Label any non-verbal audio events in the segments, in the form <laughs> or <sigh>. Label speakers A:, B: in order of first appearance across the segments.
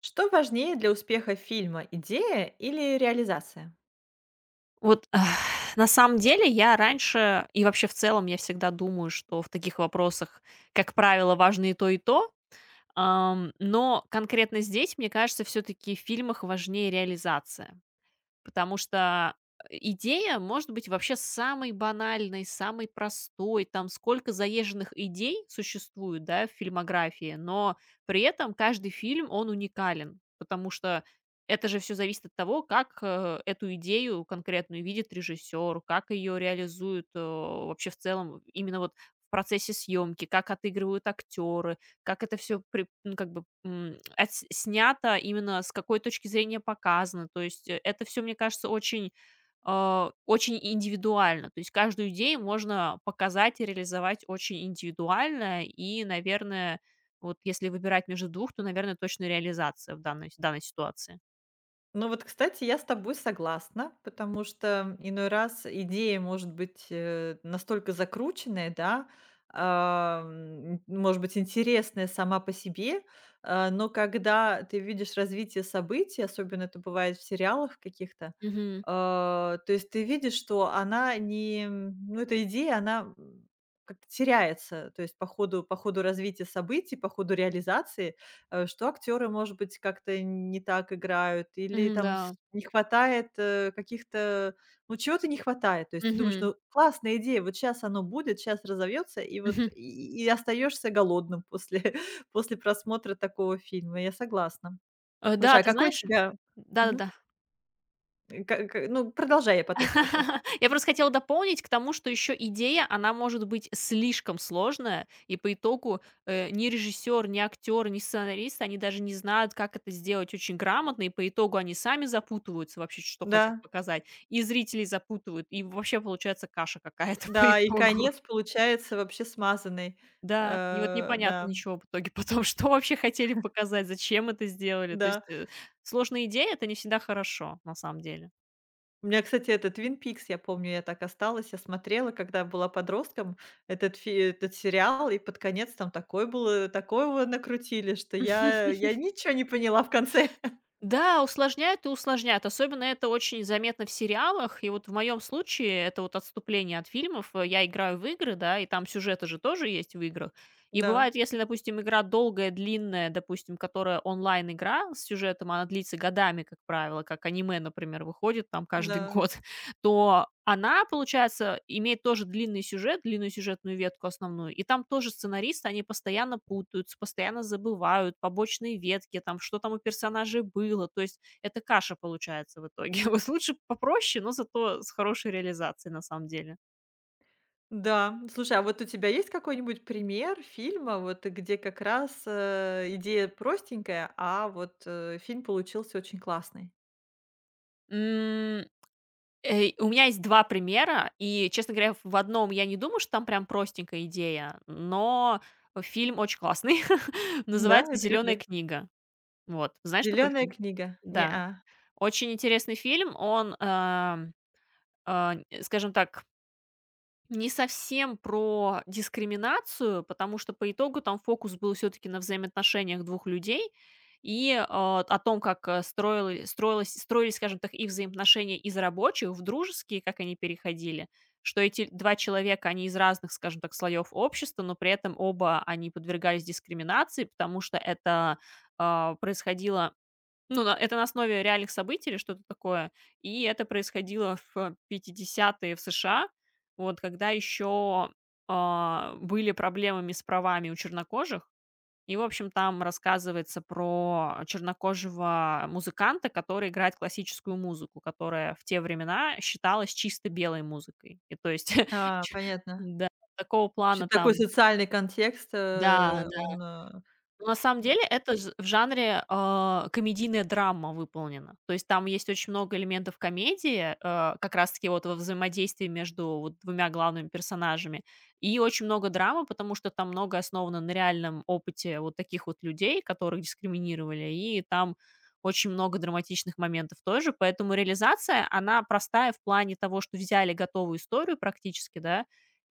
A: Что важнее для успеха фильма: идея или реализация?
B: На самом деле я раньше и вообще в целом я всегда думаю, что в таких вопросах, как правило, важно и то, и то. Но конкретно здесь, мне кажется, все-таки в фильмах важнее реализация. Потому что идея может быть вообще самой банальной, самой простой. Там сколько заезженных идей существует, да, в фильмографии, но при этом каждый фильм, он уникален, потому что это же все зависит от того, как эту идею конкретную видит режиссер, как ее реализуют вообще в целом именно вот в процессе съемки, как отыгрывают актеры, как это все, как бы, отс снято, именно с какой точки зрения показано. То есть, это все, мне кажется, очень, очень индивидуально. То есть каждую идею можно показать и реализовать очень индивидуально. И, наверное, вот если выбирать между двух, то, наверное, точно реализация в данной ситуации.
A: Ну вот, кстати, я с тобой согласна, потому что иной раз идея может быть настолько закрученная, да, может быть, интересная сама по себе, но когда ты видишь развитие событий, особенно это бывает в сериалах каких-то,
B: Мгм.
A: то есть ты видишь, что она не, ну эта идея, она как-то теряется, то есть по ходу развития событий, по ходу реализации, что актеры, может быть, как-то не так играют, или
B: Мгм,
A: там с
B: да.
A: не хватает, каких-то ну, чего-то не хватает. То есть ты думаешь,
B: Мгм.
A: ну, классная идея, вот сейчас оно будет, сейчас разовьется, и вот
B: Мгм.
A: и остаешься голодным после <laughs> после просмотра такого фильма. Я согласна.
B: Да,
A: Слушай, а
B: ты
A: какой у
B: знаешь.
A: тебя. Мгм.
B: Да-да-да.
A: Э, ка ка ну, продолжай, я потом спрошу.
B: <laughs> Я просто хотела дополнить к тому, что еще идея, она может быть слишком сложная, и по итогу ни режиссер, ни актер, ни сценарист, они даже не знают, как это сделать очень грамотно, и по итогу они сами запутываются вообще, что хотят
A: Да,
B: показать, и зрителей запутывают, и вообще получается каша какая-то <laughs> по
A: да, и
B: итогу.
A: конец получается вообще смазанный.
B: Да, и вот непонятно
A: Да,
B: ничего в итоге потом, <laughs> что вообще хотели показать, зачем это сделали. То есть
A: да.
B: э, Сложная идея, это не всегда хорошо, на самом деле.
A: У меня, кстати, этот "Твин Пикс", я помню, я так осталась. Я смотрела, когда была подростком, этот сериал, и под конец там такой был, такого накрутили, что я
B: <laughs>
A: я ничего не поняла в конце. <laughs>
B: Да, усложняют и усложняют. Особенно это очень заметно в сериалах. И вот в моем случае это вот отступление от фильмов. Я играю в игры, да, и там сюжеты же тоже есть в играх. И
A: Да,
B: бывает, если, допустим, игра долгая, длинная, допустим, которая онлайн-игра с сюжетом, она длится годами, как правило, как аниме, например, выходит там каждый <laughs>
A: да,
B: год, то она, получается, имеет тоже длинный сюжет, длинную сюжетную ветку основную, и там тоже сценаристы, они постоянно путаются, постоянно забывают побочные ветки, там, что там у персонажей было, то есть это каша получается в итоге. <laughs> Вот лучше попроще, но зато с хорошей реализацией на самом деле.
A: да. Слушай, а вот у тебя есть какой-нибудь пример фильма, вот, где как раз, идея простенькая, а вот, фильм получился очень классный?
B: М, у меня есть 2 примера, и, честно говоря, в одном я не думаю, что там прям простенькая идея, но фильм очень классный. <laughs>
A: Да,
B: Называется
A: это
B: "Зеленая
A: какой?
B: книга". Вот. Знаешь такой
A: "Зеленая
B: фильм?
A: книга"? Не.
B: Да. Очень интересный фильм. Он, скажем так, не совсем про дискриминацию, потому что по итогу там фокус был все-таки на взаимоотношениях двух людей и о том, как строилось, строились, скажем так, их взаимоотношения из рабочих в дружеские, как они переходили, что эти два человека, они из разных, скажем так, слоев общества, но при этом оба они подвергались дискриминации, потому что это происходило. Ну да, это на основе реальных событий или что-то такое. И это происходило в 50-е в США, вот когда еще были проблемами с правами у чернокожих. И, в общем, там рассказывается про чернокожего музыканта, который играет классическую музыку, которая в те времена считалась чисто белой музыкой. И то есть, <laughs>
A: А,
B: ч-
A: понятно.
B: да, такого
A: Что
B: плана
A: такой
B: там,
A: социальный контекст,
B: да, да,
A: он
B: ну, на самом деле, это ж в жанре комедийная драма выполнена. То есть там есть очень много элементов комедии, как раз-таки вот во взаимодействии между вот двумя главными персонажами, и очень много драмы, потому что там много основано на реальном опыте вот таких вот людей, которых дискриминировали, и там очень много драматичных моментов тоже. Поэтому реализация, она простая в плане того, что взяли готовую историю практически, да,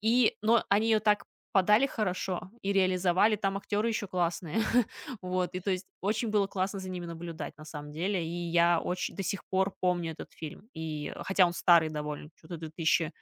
B: и но они ее так подали хорошо и реализовали, там актеры еще классные. <laughs> Вот, и то есть очень было классно за ними наблюдать, на самом деле. И я очень до сих пор помню этот фильм. И хотя он старый довольно, что то две тысячи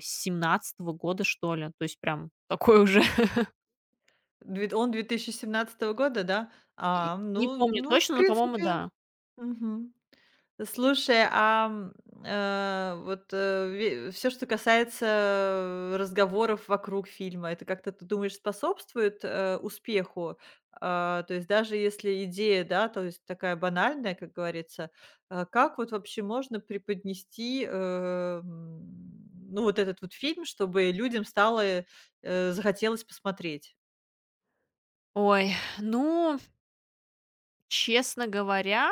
B: семнадцатого года, что ли. То есть прям такой уже. <laughs>
A: Он 2017 года, да?
B: И
A: А,
B: не
A: ну
B: помню
A: ну, в
B: точно, но, по-моему,
A: принципе,
B: да.
A: мгм. Слушай, вот, все, что касается, разговоров вокруг фильма, это как-то, ты думаешь, способствует, успеху? А, то есть даже если идея, да, то есть такая банальная, как говорится, а как вот вообще можно преподнести, ну, вот этот вот фильм, чтобы людям стало, захотелось посмотреть?
B: Ой, ну, честно говоря,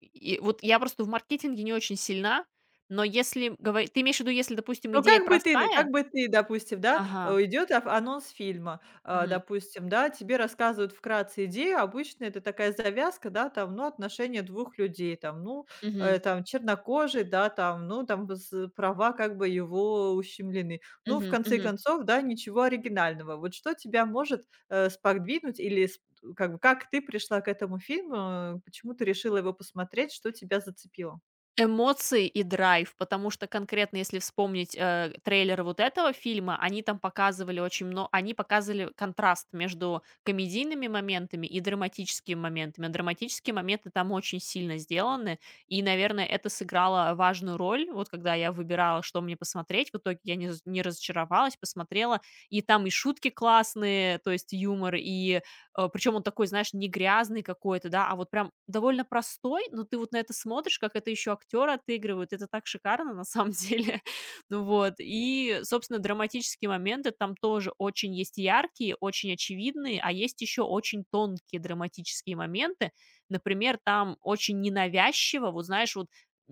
B: и вот я просто в маркетинге не очень сильна, но если говорить, ты имеешь в виду, если, допустим,
A: Ну,
B: идея
A: как бы ты, н
B: простая?
A: как бы ты, допустим, да,
B: Ага.
A: идет аф анонс фильма,
B: Мгм.
A: допустим, да, тебе рассказывают вкратце идею. Обычно это такая завязка, да, там, ну, отношения двух людей, там, ну,
B: Мгм.
A: там, чернокожий, да, там, ну, там, с права как бы его ущемлены. Ну, в
B: Мгм.
A: конце
B: Мгм.
A: концов, да, ничего оригинального. Вот что тебя может, сподвигнуть или сп как бы, как ты пришла к этому фильму, почему ты решила его посмотреть, что тебя зацепило?
B: Эмоции и драйв, потому что конкретно, если вспомнить, трейлеры вот этого фильма, они там показывали очень много, они показывали контраст между комедийными моментами и драматическими моментами. А драматические моменты там очень сильно сделаны, и, наверное, это сыграло важную роль. Вот когда я выбирала, что мне посмотреть, в итоге я не разочаровалась, посмотрела, и там и шутки классные, то есть юмор, и причем он такой, знаешь, не грязный какой-то, да, а вот прям довольно простой, но ты вот на это смотришь, как это еще актеры отыгрывают, это так шикарно на самом <laughs> деле. Ну вот, и, собственно, драматические моменты там тоже очень есть яркие, очень очевидные, а есть еще очень тонкие драматические моменты. Например, там очень ненавязчиво, вот знаешь, вот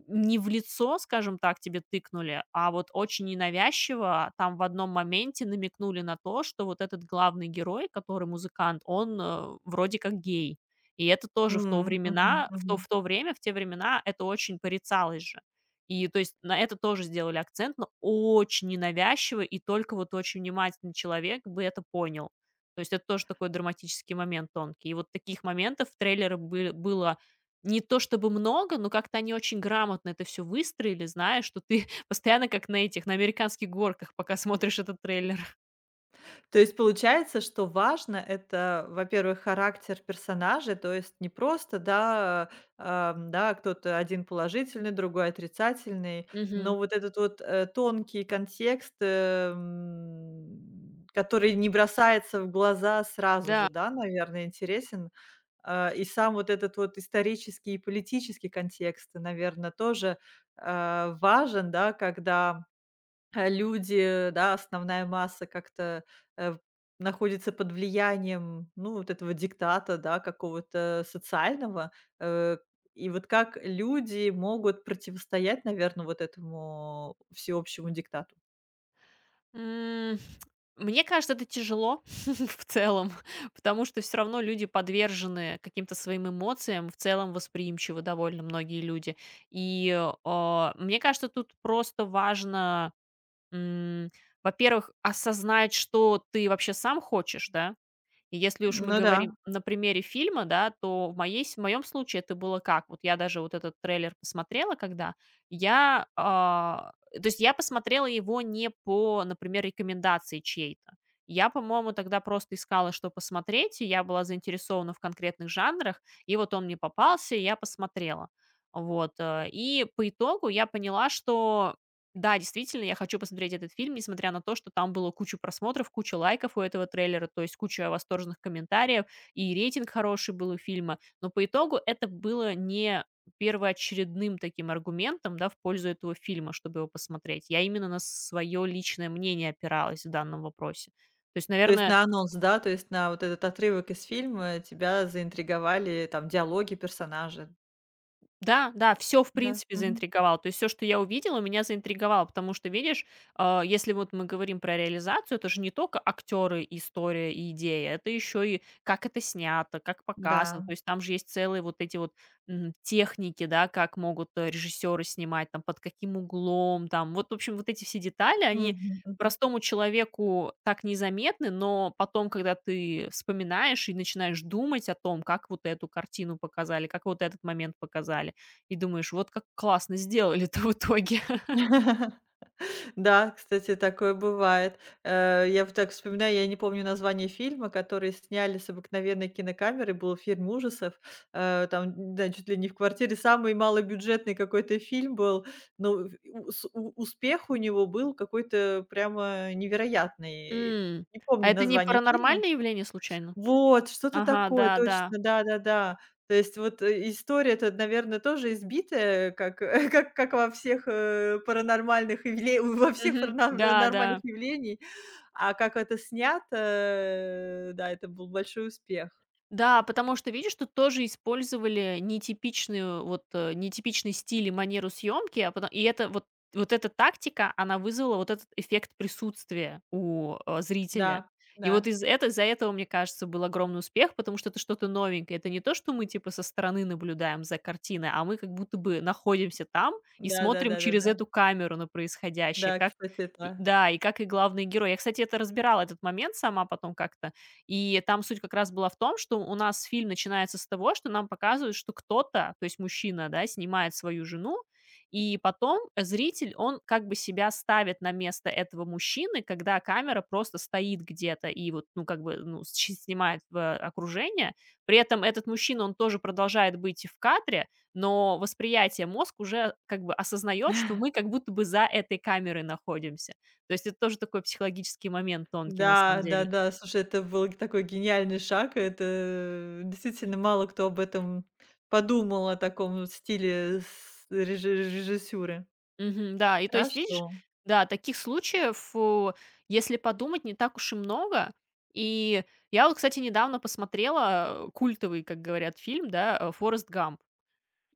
B: не в лицо, скажем так, тебе тыкнули, а вот очень ненавязчиво там в одном моменте намекнули на то, что вот этот главный герой, который музыкант, он вроде как гей. И это тоже в то
A: М, мгм,
B: времена
A: мгм.
B: в то время, в те времена это очень порицалось же. И то есть на это тоже сделали акцент, но очень ненавязчиво, и только вот очень внимательный человек бы это понял. То есть это тоже такой драматический момент тонкий. И вот таких моментов в трейлере бы было не то чтобы много, но как-то они очень грамотно это все выстроили, зная, что ты <laughs> постоянно как на этих, на американских горках, пока смотришь этот трейлер.
A: То есть получается, что это, во-первых, характер персонажа, то есть не просто, да, да, кто-то один положительный, другой отрицательный, но
B: Мгм.
A: вот этот вот, тонкий контекст, который не бросается в глаза сразу же,
B: Да.
A: да, наверное, интересен. А, и сам вот этот вот исторический и политический контекст, наверное, тоже, важен, да, когда люди, да, основная масса как-то, э, в находится под влиянием, ну, вот этого диктата, да, какого-то социального. Э, и вот как люди могут противостоять, наверное, вот этому всеобщему диктату?
B: М, мне кажется, это тяжело <laughs> в целом, <laughs> потому что все равно люди подвержены каким-то своим эмоциям, в целом восприимчивы довольно многие люди. И, мне кажется, тут просто важно, м, во-первых, осознать, что ты вообще сам хочешь, да. И если уж мы
A: Ну да,
B: говорим на примере фильма, да, то в моей с в моем случае это было как? Вот я даже вот этот трейлер посмотрела когда, то есть я посмотрела его не по, например, рекомендации чьей-то. Я, по-моему, тогда просто искала, что посмотреть, и я была заинтересована в конкретных жанрах, и вот он мне попался, и я посмотрела. И по итогу я поняла, что да, действительно, я хочу посмотреть этот фильм, несмотря на то, что там было куча просмотров, куча лайков у этого трейлера, то есть куча восторженных комментариев, и рейтинг хороший был у фильма. Но по итогу это было не первоочередным таким аргументом, да, в пользу этого фильма, чтобы его посмотреть. Я именно на свое личное мнение опиралась в данном вопросе. То есть,
A: то есть
B: наверное.
A: на анонс, да, то есть на вот этот отрывок из фильма тебя заинтриговали там диалоги персонажа.
B: Да, да, все в
A: Да,
B: принципе,
A: мгм.
B: заинтриговало. То есть все, что я увидела, меня заинтриговало, потому что, видишь, если вот мы говорим про реализацию, это же не только актеры, история и идея, это еще и как это снято, как показано.
A: Да.
B: То есть там же есть целые вот эти вот, техники, да, как могут, режиссеры снимать, там, под каким углом, там. Вот, в общем, вот эти все детали, они
A: Мгм, мгм.
B: простому человеку так незаметны, но потом, когда ты вспоминаешь и начинаешь думать о том, как вот эту картину показали, как вот этот момент показали, и думаешь: "Вот как классно сделали-то в итоге". <laughs>
A: <laughs> Да, кстати, такое бывает. Я вот так вспоминаю, я не помню название фильма, который сняли с обыкновенной кинокамеры, был фильм ужасов. Там, да, чуть ли не в квартире самый малобюджетный какой-то фильм был, но в у с у успех у него был какой-то прямо невероятный.
B: М.
A: Не
B: А
A: помню
B: это не
A: название фильма.
B: паранормальное явление случайно?
A: Вот, что-то
B: Ага,
A: такое,
B: да, да.
A: точно, да-да-да. То есть вот, история-то, наверное, тоже избитая, как <laughs> как во всех
B: Мгм.
A: паранормальных
B: Да,
A: нормальных
B: да.
A: явлений. А как это снято, да, это был большой успех.
B: Да, потому что, видишь, тут тоже использовали нетипичную, нетипичный стиль и манеру съемки, а потом, и это вот вот эта тактика, она вызвала вот этот эффект присутствия у, зрителя.
A: Да,
B: И
A: да.
B: вот из это из-за этого, мне кажется, был огромный успех, потому что это что-то новенькое. Это не то, что мы типа со стороны наблюдаем за картиной, а мы как будто бы находимся там и смотрим через
A: Да-да-да-да-да.
B: эту камеру на происходящее,
A: Да,
B: как
A: кстати,
B: и
A: это.
B: да, и как и главный герой. Я, кстати, это разбирала этот момент сама потом как-то, и там суть как раз была в том, что у нас фильм начинается с того, что нам показывают, что кто-то, то есть мужчина, да, снимает свою жену, и потом зритель, он как бы себя ставит на место этого мужчины, когда камера просто стоит где-то и вот, ну, как бы, ну, <laughs> снимает в окружение. При этом этот мужчина, он тоже продолжает быть в кадре, но восприятие мозг уже как бы осознает, что мы как будто бы за этой камерой находимся. То есть это тоже такой психологический момент тонкий на
A: Да,
B: самом деле.
A: да-да, слушай, это был такой гениальный шаг. И это действительно мало кто об этом подумал, о таком стиле с реже режиссюры.
B: Мгм, да, и то есть,
A: Хорошо.
B: видишь, да, таких случаев, если подумать, не так уж и много. И я вот, кстати, недавно посмотрела, культовый, как говорят, фильм, да, "Форрест Гамп".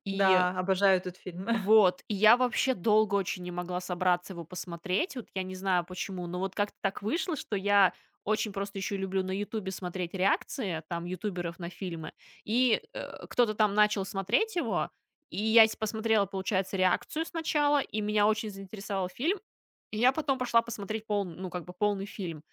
B: И
A: Да, обожаю этот фильм. <laughs>
B: вот, и я вообще долго очень не могла собраться его посмотреть. Вот я не знаю почему, но вот как-то так вышло, что я очень просто еще люблю на "Ютубе" смотреть реакции, там, ютуберов на фильмы. Кто-то там начал смотреть его, и я с посмотрела, получается, реакцию сначала, и меня очень заинтересовал фильм. И я потом пошла посмотреть пол ну, как бы полный фильм.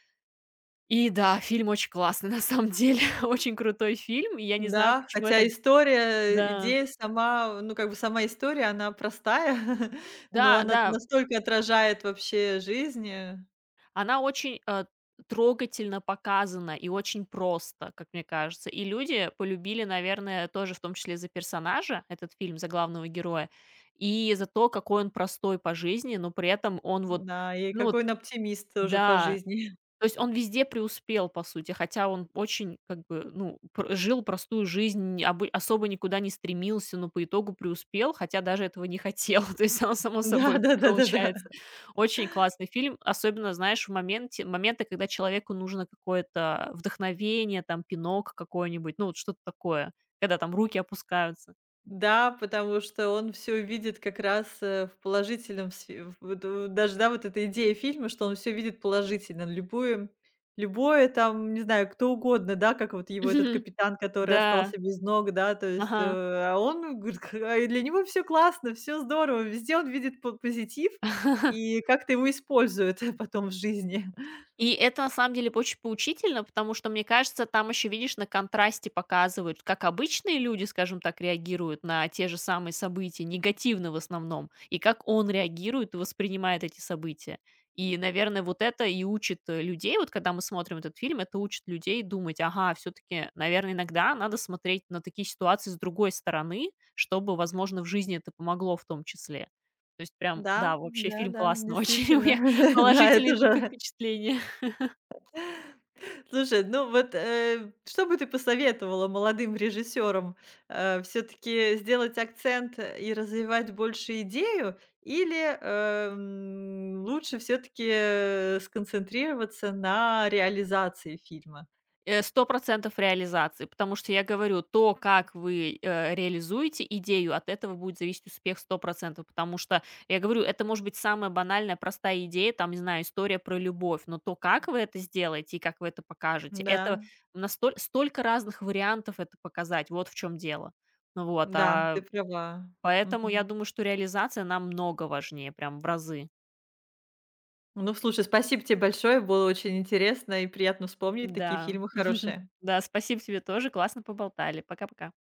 B: И да, фильм очень классный <laughs> на самом деле, <laughs> очень крутой фильм. И я не знаю,
A: Да,
B: почему я
A: хотя
B: так.
A: история,
B: Да.
A: идея сама, ну, как бы сама история, она простая, <laughs> но
B: Да,
A: она
B: да.
A: настолько отражает вообще жизнь.
B: Она очень трогательно показана и очень просто, как мне кажется. И люди полюбили, наверное, тоже в том числе за персонажа этот фильм, за главного героя, и за то, какой он простой по жизни, но при этом он вот,
A: Да, и
B: ну вот
A: какой он оптимист тоже по
B: да.
A: жизни.
B: То есть он везде преуспел, по сути, хотя он очень, как бы, ну, пр жил простую жизнь, не обы особо никуда не стремился, но по итогу преуспел, хотя даже этого не хотел. <laughs> То есть оно само
A: <laughs>
B: собой
A: Да-да-да-да-да.
B: получается. Очень классный фильм, особенно, знаешь, в моменте моменты, когда человеку нужно какое-то вдохновение, там, пинок какой-нибудь, ну, вот что-то такое, когда там руки опускаются.
A: Да, потому что он все видит как раз, в положительном даже, да, вот эта идея фильма, что он все видит положительно. Любую любое там, не знаю, кто угодно, да, как вот его этот
B: <laughs>
A: капитан, который
B: Да,
A: остался без ног, да, то есть,
B: ага.
A: а он говорит, <laughs> к а и для него все классно, все здорово, везде он видит по позитив
B: <laughs>
A: и как-то его используют <laughs> потом в жизни.
B: И это на самом деле очень поучительно, потому что, мне кажется, там еще, видишь, на контрасте показывают, как обычные люди, скажем так, реагируют на те же самые события, негативно в основном, и как он реагирует и воспринимает эти события. И, наверное, вот это и учит людей, вот когда мы смотрим этот фильм, это учит людей думать, ага, все-таки, наверное, иногда надо смотреть на такие ситуации с другой стороны, чтобы, возможно, в жизни это помогло в том числе. То есть прям,
A: Да,
B: да, вообще фильм
A: да-да,
B: классный очень, <laughs> у
A: действительно.
B: меня
A: <laughs> Да, это
B: положительные только
A: же.
B: впечатления.
A: Слушай, ну вот, что бы ты посоветовала молодым режиссерам? Все-таки сделать акцент и развивать больше идею, или лучше все-таки сконцентрироваться на реализации фильма?
B: 100% реализации, потому что я говорю, то, как вы реализуете идею, от этого будет зависеть успех 100%, потому что, я говорю, это может быть самая банальная, простая идея, там, не знаю, история про любовь, но то, как вы это сделаете и как вы это покажете,
A: Да,
B: это настоль столько разных вариантов это показать, вот в чем дело. Ну вот,
A: да,
B: а,
A: ты права.
B: Поэтому я
A: Мгм.
B: думаю, что реализация намного важнее, прям в разы.
A: Ну, слушай, спасибо тебе большое, было очень интересно и приятно вспомнить такие
B: Да.
A: фильмы хорошие.
B: <laughs> Да, спасибо тебе тоже, классно поболтали. Пока-пока.